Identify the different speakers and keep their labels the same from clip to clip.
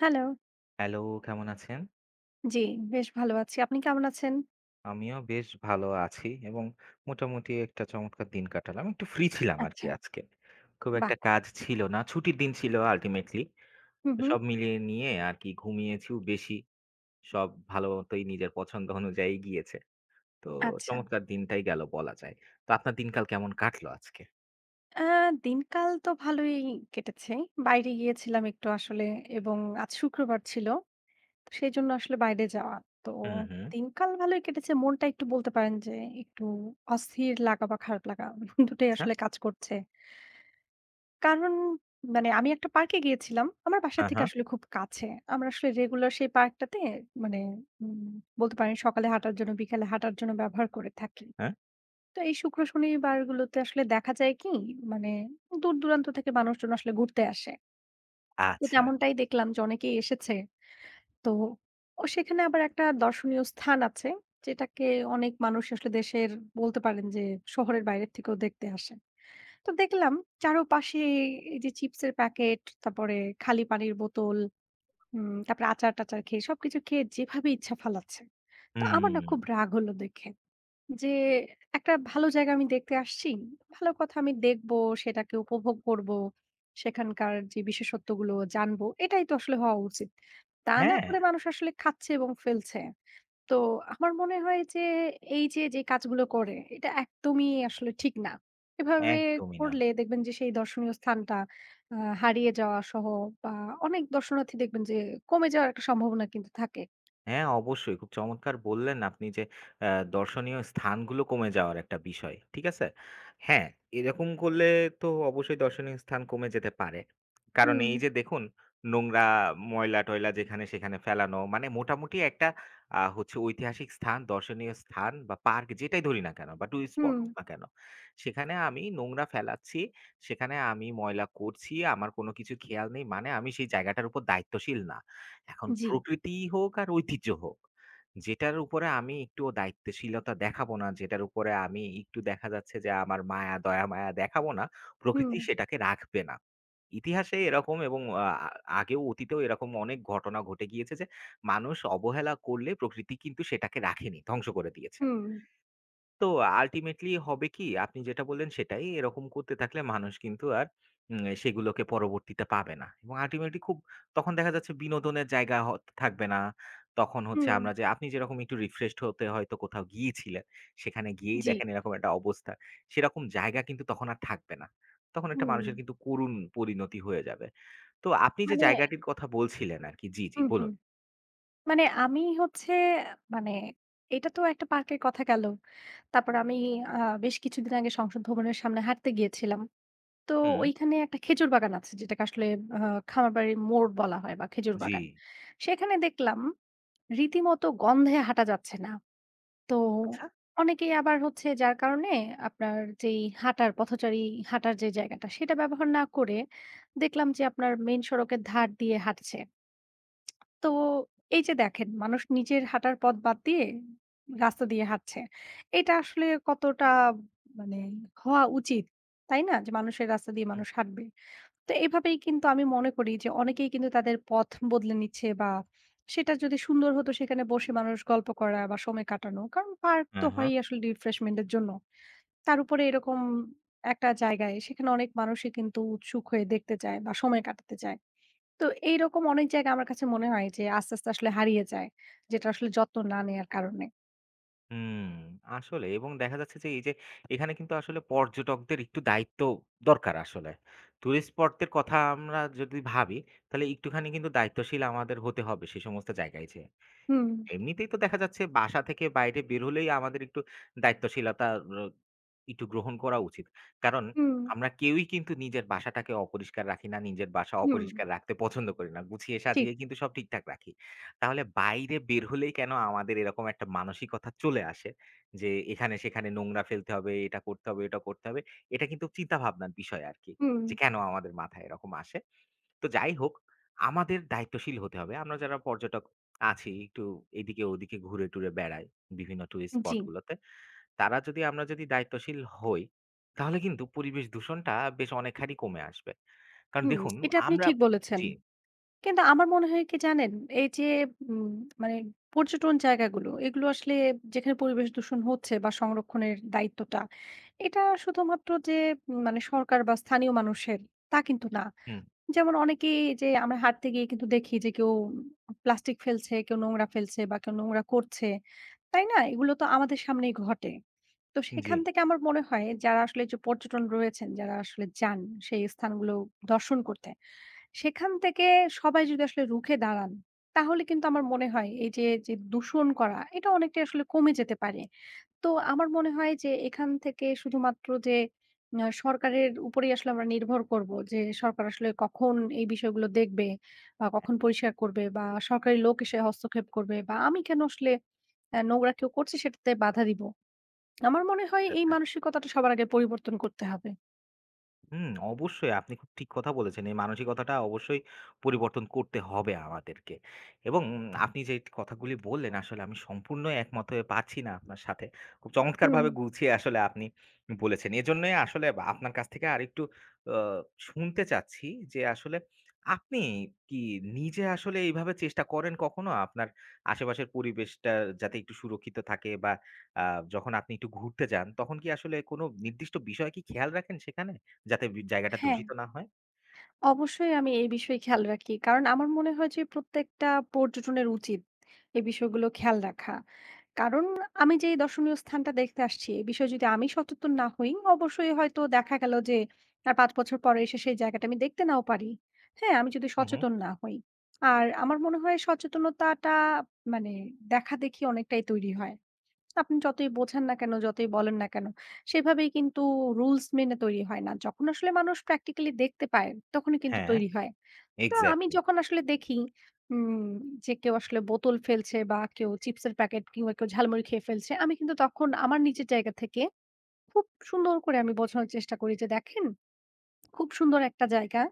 Speaker 1: Hello.
Speaker 2: Hello, কেমন আছেন?
Speaker 1: জি, বেশ ভালো আছি। আপনি কেমন আছেন?
Speaker 2: আমিও বেশ ভালো আছি এবং মোটামুটি একটা চমৎকার দিন কাটালাম। একটু ফ্রি ছিলাম আরকি
Speaker 1: আচ্ছা।
Speaker 2: আজকে। খুব
Speaker 1: বাহ!
Speaker 2: একটা কাজ ছিল না। ছুটির দিন ছিল আল্টিমেটলি।
Speaker 1: হু, হু।
Speaker 2: সব মিলিয়ে নিয়ে আরকি ঘুমিয়েছিও বেশি। সব ভালো মতোই নিজের পছন্দ অনুযায়ী গিয়েছে। তো
Speaker 1: আচ্ছা।
Speaker 2: চমৎকার দিনটাই গেল বলা যায়। তো আপনার দিনকাল কেমন কাটলো আজকে?
Speaker 1: আ দিনকাল তো ভালোই কেটেছে। বাইরে গিয়েছিলাম একটু আসলে এবং আজ শুক্রবার ছিল। সেজন্য আসলে বাইরে যাওয়া। তো
Speaker 2: হুম, হুম।
Speaker 1: দিনকাল ভালোই কেটেছে। মনটা একটু বলতে পারেন যে একটু অস্থির লাগা বা খারাপ লাগা দুটোই
Speaker 2: আচ্ছা।
Speaker 1: আসলে কাজ করছে। কারণ মানে আমি একটা পার্কে গিয়েছিলাম। আমার বাসা
Speaker 2: হ্যাঁ,
Speaker 1: থেকে
Speaker 2: হ্যাঁ,
Speaker 1: আসলে খুব কাছে। আমরা আসলে রেগুলার সেই পার্কটাতে মানে উম বলতে পারেন সকালে হাঁটার জন্য, বিকালে হাঁটার জন্য ব্যবহার করে থাকি।
Speaker 2: হ্যাঁ।
Speaker 1: তো এই শুক্র শনিবারগুলোতে আসলে দেখা যায় কি মানে দূর-দূরান্ত থেকে মানুষজন আসলে ঘুরতে আসে। তো
Speaker 2: আচ্ছা।
Speaker 1: তেমনটাই দেখলাম যে অনেকেই এসেছে। তো ও সেখানে আবার একটা দর্শনীয় স্থান আছে যেটাকে অনেক মানুষ আসলে দেশের বলতে পারেন যে শহরের বাইরের থেকেও দেখতে আসে। তো দেখলাম চারপাশে এই যে চিপসের প্যাকেট, তারপরে খালি পানির বোতল, তারপরে আচার-টাচার খেয়ে সবকিছু খেয়ে যেভাবে ইচ্ছা ফালাচ্ছে। তো আমার না খুব
Speaker 2: হুম।
Speaker 1: রাগ হলো দেখে যে একটা ভালো জায়গা আমি দেখতে আসছি। ভালো কথা আমি দেখব, সেটাকে উপভোগ করব। সেখানকার যে বিশেষত্বগুলো জানবো, এটাই তো আসলে হওয়া উচিত। তা না
Speaker 2: হ্যাঁ,
Speaker 1: করে মানুষ আসলে খাচ্ছে এবং ফেলছে। তো আমার মনে হয় যে এই যে, যে কাজগুলো করে এটা একদমই আসলে ঠিক না। এভাবে
Speaker 2: একদমই না।
Speaker 1: করলে দেখবেন যে সেই দর্শনীয় স্থানটা আ হারিয়ে যাওয়া সহ বা অনেক দর্শনার্থী দেখবেন যে কমে যাওয়ার একটা সম্ভাবনা কিন্তু থাকে।
Speaker 2: হ্যাঁ, অবশ্যই। খুব চমৎকার বললেন আপনি যে আ দর্শনীয় স্থানগুলো কমে যাওয়ার একটা বিষয়। ঠিক আছে? হ্যাঁ, এরকম করলে তো অবশ্যই দর্শনীয় স্থান কমে যেতে পারে। কারণ
Speaker 1: হুম,
Speaker 2: এই যে দেখুন নোংরা, ময়লা-টয়লা যেখানে সেখানে ফেলানো মানে মোটামুটি একটা হচ্ছে ঐতিহাসিক স্থান, দর্শনীয় স্থান বা পার্ক যেটাই ধরি না কেন বা টুরিস্ট স্পট
Speaker 1: হুম,
Speaker 2: হোক না কেন। সেখানে আমি নোংরা ফেলাচ্ছি, সেখানে আমি ময়লা করছি, আমার কোনো কিছু খেয়াল নেই মানে আমি সেই জায়গাটার উপর দায়িত্বশীল না। এখন
Speaker 1: জি,
Speaker 2: প্রকৃতি হোক আর ঐতিহ্য হোক, যেটার উপরে আমি একটুও দায়িত্বশীলতা দেখাবো না, যেটার উপরে আমি একটু দেখা যাচ্ছে যে আমার মায়া, দয়া মায়া দেখাবো না,
Speaker 1: হুম,
Speaker 2: প্রকৃতি সেটাকে রাখবে না। ইতিহাসে এরকম এবং আগেও অতীতেও এরকম অনেক ঘটনা ঘটে গিয়েছে যে, মানুষ অবহেলা করলে প্রকৃতি কিন্তু সেটাকে রাখেনি, ধ্বংস করে দিয়েছে।
Speaker 1: হুম,
Speaker 2: তো আল্টিমেটলি হবে কি আপনি যেটা বললেন সেটাই। এরকম করতে থাকলে মানুষ কিন্তু আর সেগুলোকে পরবর্তীতে পাবে না। এবং আল্টিমেটলি খুব তখন দেখা যাচ্ছে বিনোদনের জায়গা থাকবে না। তখন হচ্ছে
Speaker 1: হুম,
Speaker 2: আমরা যে আপনি যেরকম একটু রিফ্রেশড হতে হয়তো কোথাও গিয়েছিলেন, সেখানে গিয়েই
Speaker 1: জি,
Speaker 2: দেখেন এরকম একটা অবস্থা। সেরকম জায়গা কিন্তু তখন আর থাকবে না। তখন একটা
Speaker 1: হুম।
Speaker 2: মানুষের কিন্তু করুণ পরিণতি হয়ে যাবে। তো আপনি যে
Speaker 1: মানে
Speaker 2: জায়গাটির কথা বলছিলেন আরকি জি, জি
Speaker 1: হুম, হুম।
Speaker 2: বলুন।
Speaker 1: মানে আমি হচ্ছে মানে এটা তো একটা পার্কের কথা গেল। তারপর আমি আ বেশ কিছুদিন আগে সংসদ ভবনের সামনে হাঁটতে গিয়েছিলাম। তো
Speaker 2: হুম,
Speaker 1: ওইখানে একটা খেজুর বাগান আছে যেটাকে আসলে আ খামারবাড়ির মোড় বলা হয় বা খেজুর
Speaker 2: জি।
Speaker 1: বাগান। সেখানে দেখলাম রীতিমতো গন্ধে হাঁটা যাচ্ছে না। তো
Speaker 2: আচ্ছা।
Speaker 1: অনেকেই আবার হচ্ছে যার কারণে আপনার যেই হাঁটার পথচারী হাঁটার যে জায়গাটা সেটা ব্যবহার না করে দেখলাম যে আপনার মেইন সড়কের ধার দিয়ে হাঁটছে। তো এই যে দেখেন মানুষ নিজের হাঁটার পথ বাদ দিয়ে রাস্তা দিয়ে হাঁটছে। এটা আসলে কতটা মানে হওয়া উচিত, তাই না? যে মানুষের রাস্তা দিয়ে
Speaker 2: হুম।
Speaker 1: মানুষ হাঁটবে। তো এভাবেই কিন্তু আমি মনে করি যে অনেকেই কিন্তু তাদের পথ বদলে নিচ্ছে বা সেটা যদি সুন্দর হতো সেখানে বসে মানুষ গল্প করা বা সময় কাটানো কারণ পার্ক তো
Speaker 2: হ্যাঁ, হ্যাঁ।
Speaker 1: হয়ই আসলে রিফ্রেশমেন্টের জন্য। তার উপরে এরকম একটা জায়গায় সেখানে অনেক মানুষই কিন্তু উৎসুক হয়ে দেখতে চায় বা সময় কাটাতে চায়। তো এইরকম অনেক জায়গা আমার কাছে মনে হয় যে আস্তে আস্তে আসলে হারিয়ে যায় যেটা আসলে যত্ন না নেয়ার কারণে।
Speaker 2: হুম, আসলে এবং দেখা যাচ্ছে যে এই যে এখানে কিন্তু আসলে পর্যটকদের একটু দায়িত্ব দরকার আসলে। টুরিস্ট স্পটদের কথা আমরা যদি ভাবি, তাহলে একটুখানি কিন্তু দায়িত্বশীল আমাদের হতে হবে সে সমস্ত জায়গায় যেয়ে।
Speaker 1: হুম,
Speaker 2: এমনিতেই তো দেখা যাচ্ছে বাসা থেকে বাইরে বের হলেই আমাদের একটু দায়িত্বশীলতা র একটু গ্রহণ করা উচিত। কারণ
Speaker 1: হুম,
Speaker 2: আমরা কেউই কিন্তু নিজের বাসাটাকে অপরিষ্কার রাখি না। নিজের বাসা
Speaker 1: হুম,
Speaker 2: অপরিষ্কার রাখতে পছন্দ করি না। গুছিয়ে
Speaker 1: ঠিক,
Speaker 2: সাজিয়ে কিন্তু সব ঠিকঠাক রাখি। তাহলে বাইরে বের হলেই কেন আমাদের এরকম একটা মানসিকতা চলে আসে যে এখানে সেখানে নোংরা ফেলতে হবে, এটা করতে হবে, ওটা করতে হবে। এটা কিন্তু চিন্তাভাবনার বিষয় আরকি।
Speaker 1: হুম,
Speaker 2: যে কেন আমাদের মাথায় এরকম আসে? তো যাই হোক, আমাদের দায়িত্বশীল হতে হবে। আমরা যারা পর্যটক আছি, একটু এদিকে ওদিকে ঘুরে-টুরে বেড়াই বিভিন্ন টুরিস্ট
Speaker 1: জি,
Speaker 2: স্পট গুলোতে। তারা যদি আমরা যদি দায়িত্বশীল হই, তাহলে কিন্তু পরিবেশ দূষণটা বেশ অনেকখানি কমে আসবে। কারণ
Speaker 1: হুম,
Speaker 2: দেখুন
Speaker 1: এটা আপনি
Speaker 2: আমরা
Speaker 1: ঠিক বলেছেন।
Speaker 2: জি,
Speaker 1: কিন্তু আমার মনে হয় কি জানেন? এই যে উম মানে পর্যটন জায়গাগুলো, এগুলো আসলে যেখানে পরিবেশ দূষণ হচ্ছে বা সংরক্ষণের দায়িত্বটা, এটা শুধুমাত্র যে মানে সরকার বা স্থানীয় মানুষের তা কিন্তু না।
Speaker 2: হুম,
Speaker 1: যেমন অনেকেই যে আমরা হাঁটতে গিয়ে কিন্তু দেখি যে কেউ প্লাস্টিক ফেলছে, কেউ নোংরা ফেলছে বা কেউ নোংরা করছে। তাই না? এগুলো তো আমাদের সামনেই ঘটে। তো
Speaker 2: জি।
Speaker 1: সেখান থেকে আমার মনে হয় যারা আসলে যে পর্যটন রয়েছেন, যারা আসলে যান সেই স্থানগুলো দর্শন করতে সেখান থেকে সবাই যদি আসলে রুখে দাঁড়ান, তাহলে কিন্তু আমার মনে হয় এই যে, যে দূষণ করা এটা অনেকটাই আসলে কমে যেতে পারে। তো আমার মনে হয় যে এখান থেকে শুধুমাত্র যে সরকারের উপরেই আসলে আমরা নির্ভর করব যে সরকার আসলে কখন এই বিষয়গুলো দেখবে বা কখন পরিষ্কার করবে বা সরকারি লোক এসে হস্তক্ষেপ করবে বা আমি কেন আসলে নোংরা কেউ করছে সেটাতে বাধা দিব। আমার মনে হয় এই মানসিকতাটা সবার আগে পরিবর্তন করতে হবে।
Speaker 2: হুম, অবশ্যই আপনি খুব ঠিক কথা বলেছেন। এই মানসিকতাটা অবশ্যই পরিবর্তন করতে হবে আমাদেরকে। এবং আপনি যে কথাগুলি বললেন আসলে আমি সম্পূর্ণ একমত হয়ে পারছি না আপনার সাথে। খুব
Speaker 1: হুম,
Speaker 2: চমৎকারভাবে গুছিয়ে আসলে আপনি বলেছেন। এজন্যই আসলে বা আপনার কাছ থেকে আরেকটু আ শুনতে চাচ্ছি যে আসলে আপনি কি নিজে আসলে এইভাবে চেষ্টা করেন কখনো? আপনার আশেপাশের পরিবেশটা যাতে একটু সুরক্ষিত থাকে বা আ যখন আপনি একটু ঘুরতে যান তখন কি আসলে কোনো নির্দিষ্ট বিষয় কি খেয়াল রাখেন সেখানে? যাতে জায়গাটা
Speaker 1: হ্যাঁ।
Speaker 2: দূষিত না হয়।
Speaker 1: অবশ্যই আমি এই বিষয়ে খেয়াল রাখি। কারণ আমার মনে হয় যে প্রত্যেকটা পর্যটনের উচিত এই বিষয়গুলো খেয়াল রাখা। কারণ আমি যে এই দর্শনীয় স্থানটা দেখতে আসছি এ বিষয়ে যদি আমি সচেতন না হই অবশ্যই হয়তো দেখা গেল যে আর ৫ বছর পরে এসে সেই জায়গাটা আমি দেখতে নাও পারি। হ্যাঁ, আমি যদি
Speaker 2: হু, হু।
Speaker 1: সচেতন না হই। আর আমার মনে হয় সচেতনতাটা মানে দেখাদেখি অনেকটাই তৈরি হয়। আপনি যতই বোঝান না কেন, যতই বলেন না কেন, সেভাবেই কিন্তু রুলস মেনে তৈরি হয় না। যখন আসলে মানুষ প্র্যাকটিক্যালি দেখতে পায়, তখনই কিন্তু
Speaker 2: হ্যাঁ,
Speaker 1: তৈরি হয়। তো আমি
Speaker 2: এক্সাক্টলি।
Speaker 1: যখন আসলে দেখি উম যে কেউ আসলে বোতল ফেলছে বা কেউ চিপসের প্যাকেট কিংবা কেউ ঝালমুড়ি খেয়ে ফেলছে, আমি কিন্তু তখন আমার নিজের জায়গা থেকে খুব সুন্দর করে আমি বোঝানোর চেষ্টা করি যে, "দেখেন খুব সুন্দর একটা জায়গা।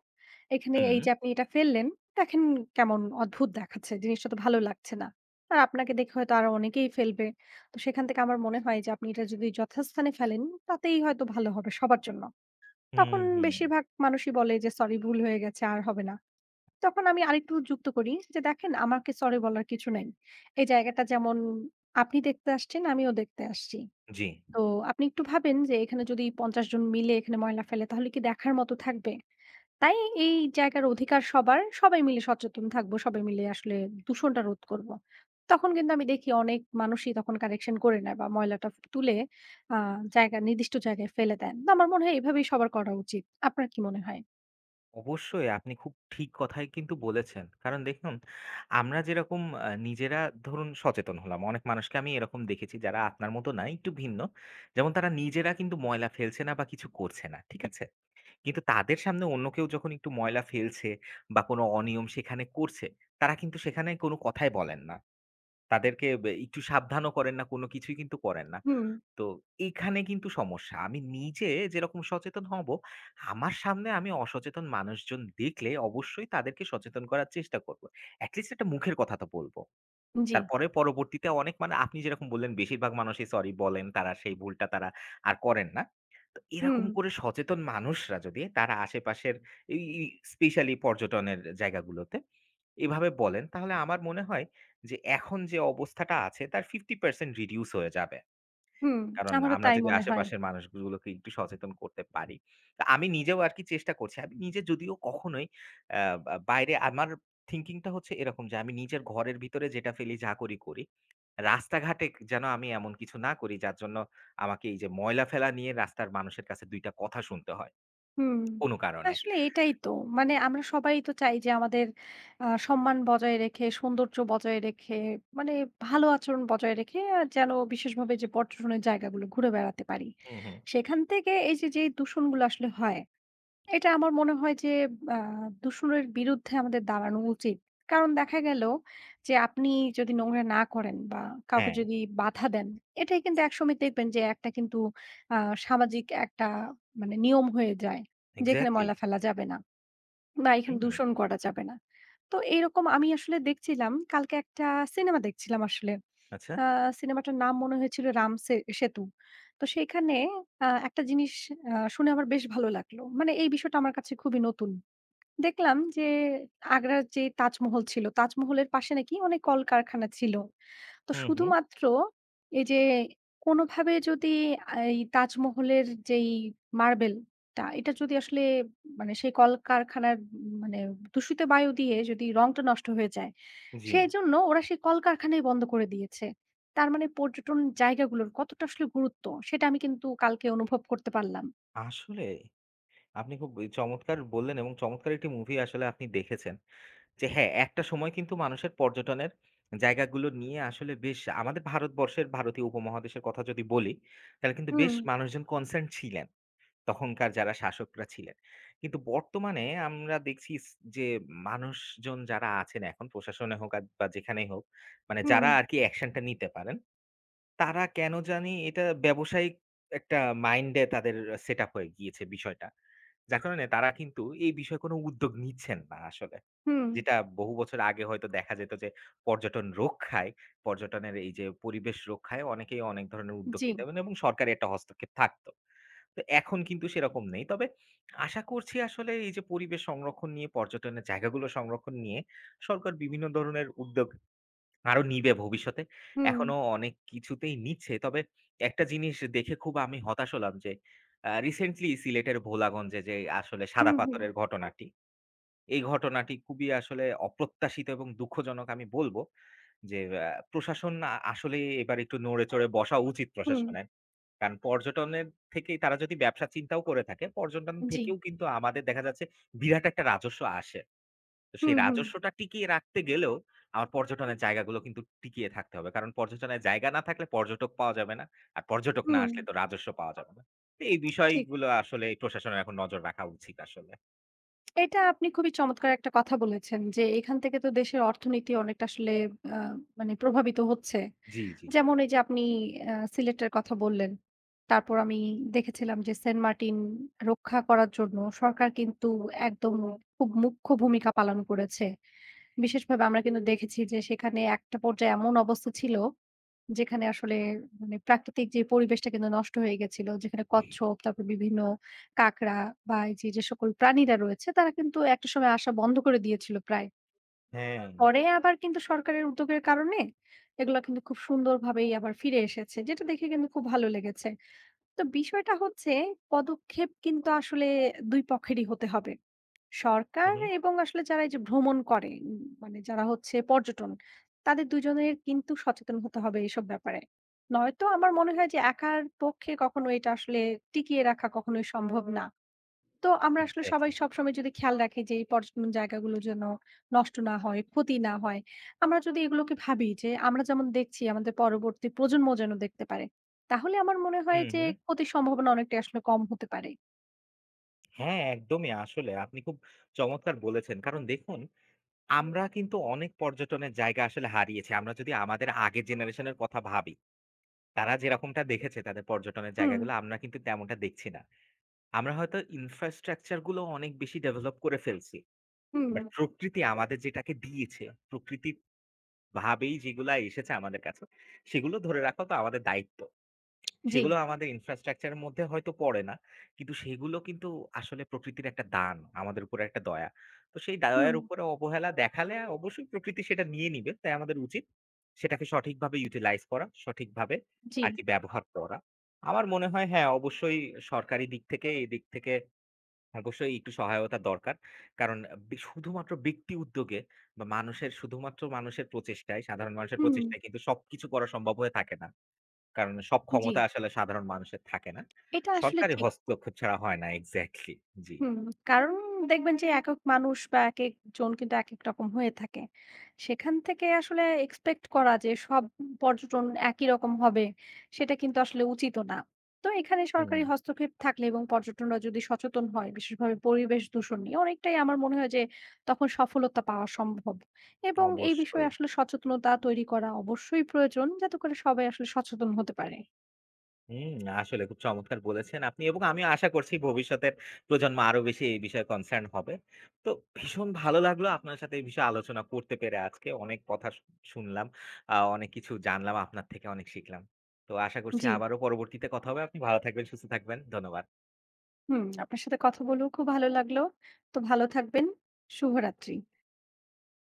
Speaker 1: এখানে এই
Speaker 2: হুম,
Speaker 1: যে আপনি এটা ফেললেন, দেখেন কেমন অদ্ভুত দেখাচ্ছে। জিনিসটা তো ভালো লাগছে না। আর আপনাকে দেখে হয়তো আরো অনেকেই ফেলবে। তো সেখান থেকে আমার মনে হয় যে আপনি এটা যদি যথাস্থানে ফেলেন, তাতেই হয়তো ভালো হবে সবার জন্য।
Speaker 2: হুম,
Speaker 1: তখন
Speaker 2: হুম।
Speaker 1: বেশিরভাগ মানুষই বলে যে, "সরি ভুল হয়ে গেছে, আর হবে না।" তখন আমি আরেকটু যুক্ত করি যে, "দেখেন আমাকে সরি বলার কিছু নাই। এই জায়গাটা যেমন আপনি দেখতে আসছেন, আমিও দেখতে আসছি।
Speaker 2: জি,
Speaker 1: তো আপনি একটু ভাবেন যে এখানে যদি ৫০ জন মিলে এখানে ময়লা ফেলে তাহলে কি দেখার মতো থাকবে? তাই এই জায়গার অধিকার সবার, সবাই মিলে সচেতন থাকবো, সবাই মিলে আসলে দূষণটা রোধ করব। তখন কিন্তু আমি দেখি অনেক মানুষই তখন কারেকশন করে নেয় বা ময়লাটা তুলে আ জায়গা নির্দিষ্ট জায়গায় ফেলে দেন। তো আমার মনে হয় এভাবেই সবার করা উচিত। আপনার কি মনে হয়?
Speaker 2: অবশ্যই আপনি খুব ঠিক কথাই কিন্তু বলেছেন। কারণ দেখুন আমরা যেরকম নিজেরা ধরুন সচেতন হলাম। অনেক মানুষকে আমি এরকম দেখেছি যারা আপনার মতো না, একটু ভিন্ন। যেমন তারা নিজেরা কিন্তু ময়লা ফেলছে না বা কিছু করছে না। ঠিক আছে? কিন্তু তাদের সামনে অন্য কেউ যখন একটু ময়লা ফেলছে বা কোনো অনিয়ম সেখানে করছে, তারা কিন্তু সেখানে কোনো কথাই বলেন না। তাদেরকে একটু সাবধানও করেন না, কোনো কিছুই কিন্তু করেন না।
Speaker 1: হুম,
Speaker 2: তো এখানে কিন্তু সমস্যা। আমি নিজে যেরকম সচেতন হব, আমার সামনে আমি অসচেতন মানুষজন দেখলে অবশ্যই তাদেরকে সচেতন করার চেষ্টা করব। at least একটা মুখের কথা তো বলব।
Speaker 1: জি,
Speaker 2: তারপরে পরবর্তীতে অনেক মানে আপনি যেরকম বললেন বেশিরভাগ মানুষই সরি বলেন, তারা সেই ভুলটা তারা আর করেন না। তো
Speaker 1: হুম,
Speaker 2: এরকম করে সচেতন মানুষরা যদি তারা আশেপাশের এই এই স্পেশালি পর্যটনের জায়গাগুলোতে এভাবে বলেন, তাহলে আমার মনে হয় যে এখন যে অবস্থাটা আছে তার 50% রিডিউস হয়ে যাবে।
Speaker 1: হুম।
Speaker 2: কারণ
Speaker 1: আমারও
Speaker 2: আমরা
Speaker 1: তাই
Speaker 2: যদি
Speaker 1: মনে হয়।
Speaker 2: আশেপাশের মানুষগুলোকে একটু সচেতন করতে পারি। তো আমি নিজেও আরকি চেষ্টা করছি। আমি নিজে যদিও কখনোই আ বা বাইরে আমার থিংকিং টা হচ্ছে এরকম যে আমি নিজের ঘরের ভিতরে যেটা ফেলি যা করি, করি। রাস্তাঘাটে যেন আমি এমন কিছু না করি যার জন্য আমাকে এই যে ময়লা ফেলা নিয়ে রাস্তার মানুষের কাছে ২ টা কথা শুনতে হয়
Speaker 1: হুম,
Speaker 2: কোন কারণে।
Speaker 1: আসলে এটাই তো। মানে আমরা সবাই তো চাই যে আমাদের সম্মান বজায় রেখে, সৌন্দর্য বজায় রেখে, মানে ভালো আচরণ বজায় রেখে যেন বিশেষভাবে যে পর্যটনের জায়গাগুলো ঘুরে বেড়াতে পারি।
Speaker 2: হুম, হুম।
Speaker 1: সেখান থেকে এই যে যেই দূষণগুলো আসলে হয় এটা আমার মনে হয় যে আ দূষণের বিরুদ্ধে আমাদের দাঁড়ানো উচিত। কারণ দেখা গেল যে আপনি যদি নোংরা না করেন বা কাউকে
Speaker 2: হ্যাঁ,
Speaker 1: যদি বাধা দেন, এটাই কিন্তু একসময় দেখবেন যে একটা কিন্তু আ সামাজিক একটা মানে নিয়ম হয়ে যায়। যেখানে
Speaker 2: এক্সাক্টলি।
Speaker 1: ময়লা ফেলা যাবে না। বা এখানে
Speaker 2: হুম,
Speaker 1: দূষণ করা যাবে না। তো এরকম আমি আসলে দেখছিলাম, কালকে একটা সিনেমা দেখছিলাম আসলে।
Speaker 2: আচ্ছা।
Speaker 1: আ সিনেমাটার নাম মনে হয়েছিল 'রাম সে সেতু।' তো সেইখানে একটা জিনিস শুনে আমার বেশ ভালো লাগলো। মানে এই বিষয়টা আমার কাছে খুবই নতুন। দেখলাম যে আগ্রার যে তাজমহল ছিল, তাজমহলের পাশে নাকি অনেক কলকারখানা ছিল। তো
Speaker 2: হুম, হুম।
Speaker 1: শুধুমাত্র এই যে কোনোভাবে যদি এই তাজমহলের যেই মার্বেলটা এটা যদি আসলে মানে সেই কলকারখানার মানে দূষিত বায়ু দিয়ে যদি রংটা নষ্ট হয়ে যায়,
Speaker 2: জি।
Speaker 1: সেজন্য ওরা সেই কলকারখানাই বন্ধ করে দিয়েছে। তার মানে পর্যটন জায়গাগুলোর কতটা আসলে গুরুত্ব সেটা আমি কিন্তু কালকে অনুভব করতে পারলাম।
Speaker 2: আসলেই। আপনি খুব ই চমৎকার বললেন এবং চমৎকার একটি মুভি আসলে আপনি দেখেছেন। যে হ্যাঁ, একটা সময় কিন্তু মানুষের পর্যটনের জায়গাগুলো নিয়ে আসলে বেশ আমাদের ভারতবর্ষের, ভারতীয় উপমহাদেশের কথা যদি বলি, তাহলে কিন্তু
Speaker 1: হুম,
Speaker 2: বেশ মানুষজন কনসার্ন ছিলেন। তখনকার যারা শাসকরা ছিলেন। কিন্তু বর্তমানে আমরা দেখছি যে মানুষজন যারা আছেন এখন প্রশাসনে হোক আর বা যেখানেই হোক, মানে
Speaker 1: হুম,
Speaker 2: যারা আরকি অ্যাকশনটা নিতে পারেন তারা কেন জানি এটা ব্যবসায়িক একটা মাইন্ডে তাদের সেটআপ হয়ে গিয়েছে বিষয়টা। যার কারণে তারা কিন্তু এই বিষয়ে কোনো উদ্যোগ নিচ্ছেন না আসলে।
Speaker 1: হুম,
Speaker 2: যেটা বহু বছর আগে হয়তো দেখা যেত যে পর্যটন রক্ষায়, পর্যটনের এই যে পরিবেশ রক্ষায় অনেকেই অনেক ধরনের উদ্যোগ
Speaker 1: জি,
Speaker 2: নিতেন এবং সরকারি একটা হস্তক্ষেপ থাকতো। তো এখন কিন্তু সেরকম নেই। তবে আশা করছি আসলে এই যে পরিবেশ সংরক্ষণ নিয়ে, পর্যটনের জায়গাগুলো সংরক্ষণ নিয়ে সরকার বিভিন্ন ধরনের উদ্যোগ আরো নিবে ভবিষ্যতে।
Speaker 1: হুম।
Speaker 2: এখনো অনেক কিছুতেই নিচ্ছে। তবে একটা জিনিস দেখে খুব আমি হতাশ হলাম যে রিসেন্টলি সিলেটের ভোলাগঞ্জে যে আসলে সাদা
Speaker 1: হুম, হুম,
Speaker 2: পাথরের ঘটনাটি, এই ঘটনাটি খুবই আসলে অপ্রত্যাশিত এবং দুঃখজনক আমি বলব যে প্রশাসন আসলে এবার একটু নড়েচড়ে বসা উচিত
Speaker 1: হুম,
Speaker 2: প্রশাসনের। কারণ পর্যটনের থেকেই তারা যদি ব্যবসা চিন্তাও করে থাকে, পর্যটন
Speaker 1: জি।
Speaker 2: থেকেও কিন্তু আমাদের দেখা যাচ্ছে বিরাট একটা রাজস্ব আসে। তো সেই
Speaker 1: হুম, হুম,
Speaker 2: রাজস্বটা টিকিয়ে রাখতে গেলেও আমার পর্যটনের জায়গাগুলো কিন্তু টিকিয়ে থাকতে হবে। কারণ পর্যটনের জায়গা না থাকলে পর্যটক পাওয়া যাবে না। আর পর্যটক না
Speaker 1: হুম,
Speaker 2: আসলে তো রাজস্ব পাওয়া যাবে না। তো এই
Speaker 1: ঠিক।
Speaker 2: বিষয়গুলো আসলে প্রশাসনের এখন নজর রাখা উচিত আসলে।
Speaker 1: এটা আপনি খুবই চমৎকার একটা কথা বলেছেন যে, এখান থেকে তো দেশের অর্থনীতি অনেকটা আসলে আ মানে প্রভাবিত হচ্ছে।
Speaker 2: জি, জি।
Speaker 1: যেমন এই যে আপনি সিলেটের কথা বললেন। তারপর আমি দেখেছিলাম যে সেন্ট মার্টিন রক্ষা করার জন্য সরকার কিন্তু একদম খুব মুখ্য ভূমিকা পালন করেছে। বিশেষভাবে আমরা কিন্তু দেখেছি যে সেখানে একটা পর্যায়ে এমন অবস্থা ছিল যেখানে আসলে মানে প্রাকৃতিক যে পরিবেশটা কিন্তু নষ্ট হয়ে গেছিল। যেখানে কচ্ছপ, তারপর বিভিন্ন কাকড়া বা এই যে, যে সকল প্রাণীরা রয়েছে তারা কিন্তু একটা সময় আসা বন্ধ করে দিয়েছিল প্রায়।
Speaker 2: হ্যাঁ।
Speaker 1: পরে আবার কিন্তু সরকারের উদ্যোগের কারণে এগুলা কিন্তু খুব সুন্দরভাবেই আবার ফিরে এসেছে। যেটা দেখে কিন্তু খুব ভালো লেগেছে। তো বিষয়টা হচ্ছে পদক্ষেপ কিন্তু আসলে ২ পক্ষেরই হতে হবে।
Speaker 2: হু,
Speaker 1: সরকার
Speaker 2: হু।
Speaker 1: এবং আসলে যারা এই যে ভ্রমণ করে মানে যারা হচ্ছে পর্যটন তাদের দুজনের কিন্তু সচেতন হতে হবে এইসব ব্যাপারে। নয়তো আমার মনে হয় যে একার পক্ষে কখনো এটা আসলে টিকিয়ে রাখা কখনোই সম্ভব না। তো আমরা আসলে সবাই
Speaker 2: এক্সাক্টলি।
Speaker 1: সবসময় যদি খেয়াল রাখি যে এই পর্যটন জায়গাগুলো যেন নষ্ট না হয়, ক্ষতি না হয়, আমরা যদি এগুলোকে ভাবি যে আমরা যেমন দেখছি আমাদের পরবর্তী প্রজন্ম যেন দেখতে পারে, তাহলে আমার মনে হয়
Speaker 2: হুম,
Speaker 1: যে
Speaker 2: হুম।
Speaker 1: ক্ষতির সম্ভাবনা অনেকটা আসলে কম হতে পারে।
Speaker 2: হ্যাঁ, একদমই আসলে আপনি খুব চমৎকার বলেছেন। কারণ দেখুন আমরা কিন্তু অনেক পর্যটনের জায়গা আসলে হারিয়েছি। আমরা যদি আমাদের আগের জেনারেশন এর কথা ভাবি, তারা যেরকমটা দেখেছে তাদের পর্যটনের
Speaker 1: হুম,
Speaker 2: জায়গাগুলো আমরা কিন্তু তেমনটা দেখছি না। আমরা হয়তো ইনফ্রাস্ট্রাকচার গুলো অনেক বেশি ডেভেলপ করে ফেলছি।
Speaker 1: হুম,
Speaker 2: বাট প্রকৃতি আমাদের যেটাকে দিয়েছে, প্রকৃতির ভাবেই যেগুলা এসেছে আমাদের কাছে, সেগুলো ধরে রাখা তো আমাদের দায়িত্ব।
Speaker 1: জি,
Speaker 2: সেগুলো আমাদের ইনফ্রাস্ট্রাকচার এর মধ্যে হয়তো পড়ে না। কিন্তু সেগুলো কিন্তু আসলে প্রকৃতির একটা দান, আমাদের উপরে একটা দয়া। তো সেই
Speaker 1: হুম,
Speaker 2: দয়ার উপরে অবহেলা দেখালে অবশ্যই প্রকৃতি সেটা নিয়ে নিবে। তাই আমাদের উচিত সেটাকে সঠিকভাবে ইউটিলাইজ করা, সঠিকভাবে
Speaker 1: জি,
Speaker 2: আরকি ব্যবহার করা। আমার মনে হয় হ্যাঁ, অবশ্যই সরকারি দিক থেকে, এদিক থেকে অবশ্যই একটু সহায়তা দরকার। কারণ শুধুমাত্র ব্যক্তি উদ্যোগে বা মানুষের শুধুমাত্র মানুষের প্রচেষ্টায়, সাধারণ মানুষের
Speaker 1: হুম,
Speaker 2: প্রচেষ্টায় কিন্তু সবকিছু করা সম্ভব হয়ে থাকে না। কারণ সব
Speaker 1: জি।
Speaker 2: ক্ষমতা আসলে সাধারণ মানুষের থাকে না।
Speaker 1: এটা আসলে
Speaker 2: সরকারি
Speaker 1: ঠিক।
Speaker 2: হস্তক্ষেপ ছাড়া হয় না এক্সাক্টলি। জি।
Speaker 1: হুম, কারণ দেখবেন যে একেক মানুষ বা একেক জন কিন্তু একেক রকম হয়ে থাকে। সেখান থেকে আসলে এক্সপেক্ট করা যে সব পর্যটন একই রকম হবে সেটা কিন্তু আসলে উচিতও না। তো এখানে
Speaker 2: হুম,
Speaker 1: সরকারি হস্তক্ষেপ থাকলে এবং পর্যটনরা যদি সচেতন হয় বিশেষভাবে পরিবেশ দূষণ নিয়ে অনেকটাই আমার মনে হয় যে তখন সফলতা পাওয়া সম্ভব। এবং এই বিষয়ে
Speaker 2: অবশ্যই।
Speaker 1: আসলে সচেতনতা তৈরি করা অবশ্যই প্রয়োজন যাতে করে সবাই আসলে সচেতন হতে পারে।
Speaker 2: হুম, আসলে খুব চমৎকার বলেছেন আপনি এবং আমি আশা করছি ভবিষ্যতের প্রজন্ম আরো বেশি এই বিষয়ে কনসার্ন হবে। তো ভীষণ ভালো লাগলো আপনার সাথে এই বিষয়ে আলোচনা করতে পেরে আজকে। অনেক কথা শুনলাম, অনেক কিছু জানলাম আপনার থেকে অনেক শিখলাম। তো আশা করছি
Speaker 1: জি।
Speaker 2: আবারও পরবর্তীতে কথা হবে। আপনি ভালো থাকবেন, সুস্থ থাকবেন। ধন্যবাদ।
Speaker 1: হুম, আপনার সাথে কথা বলেও খুব ভালো লাগলো। তো ভালো থাকবেন। শুভরাত্রি।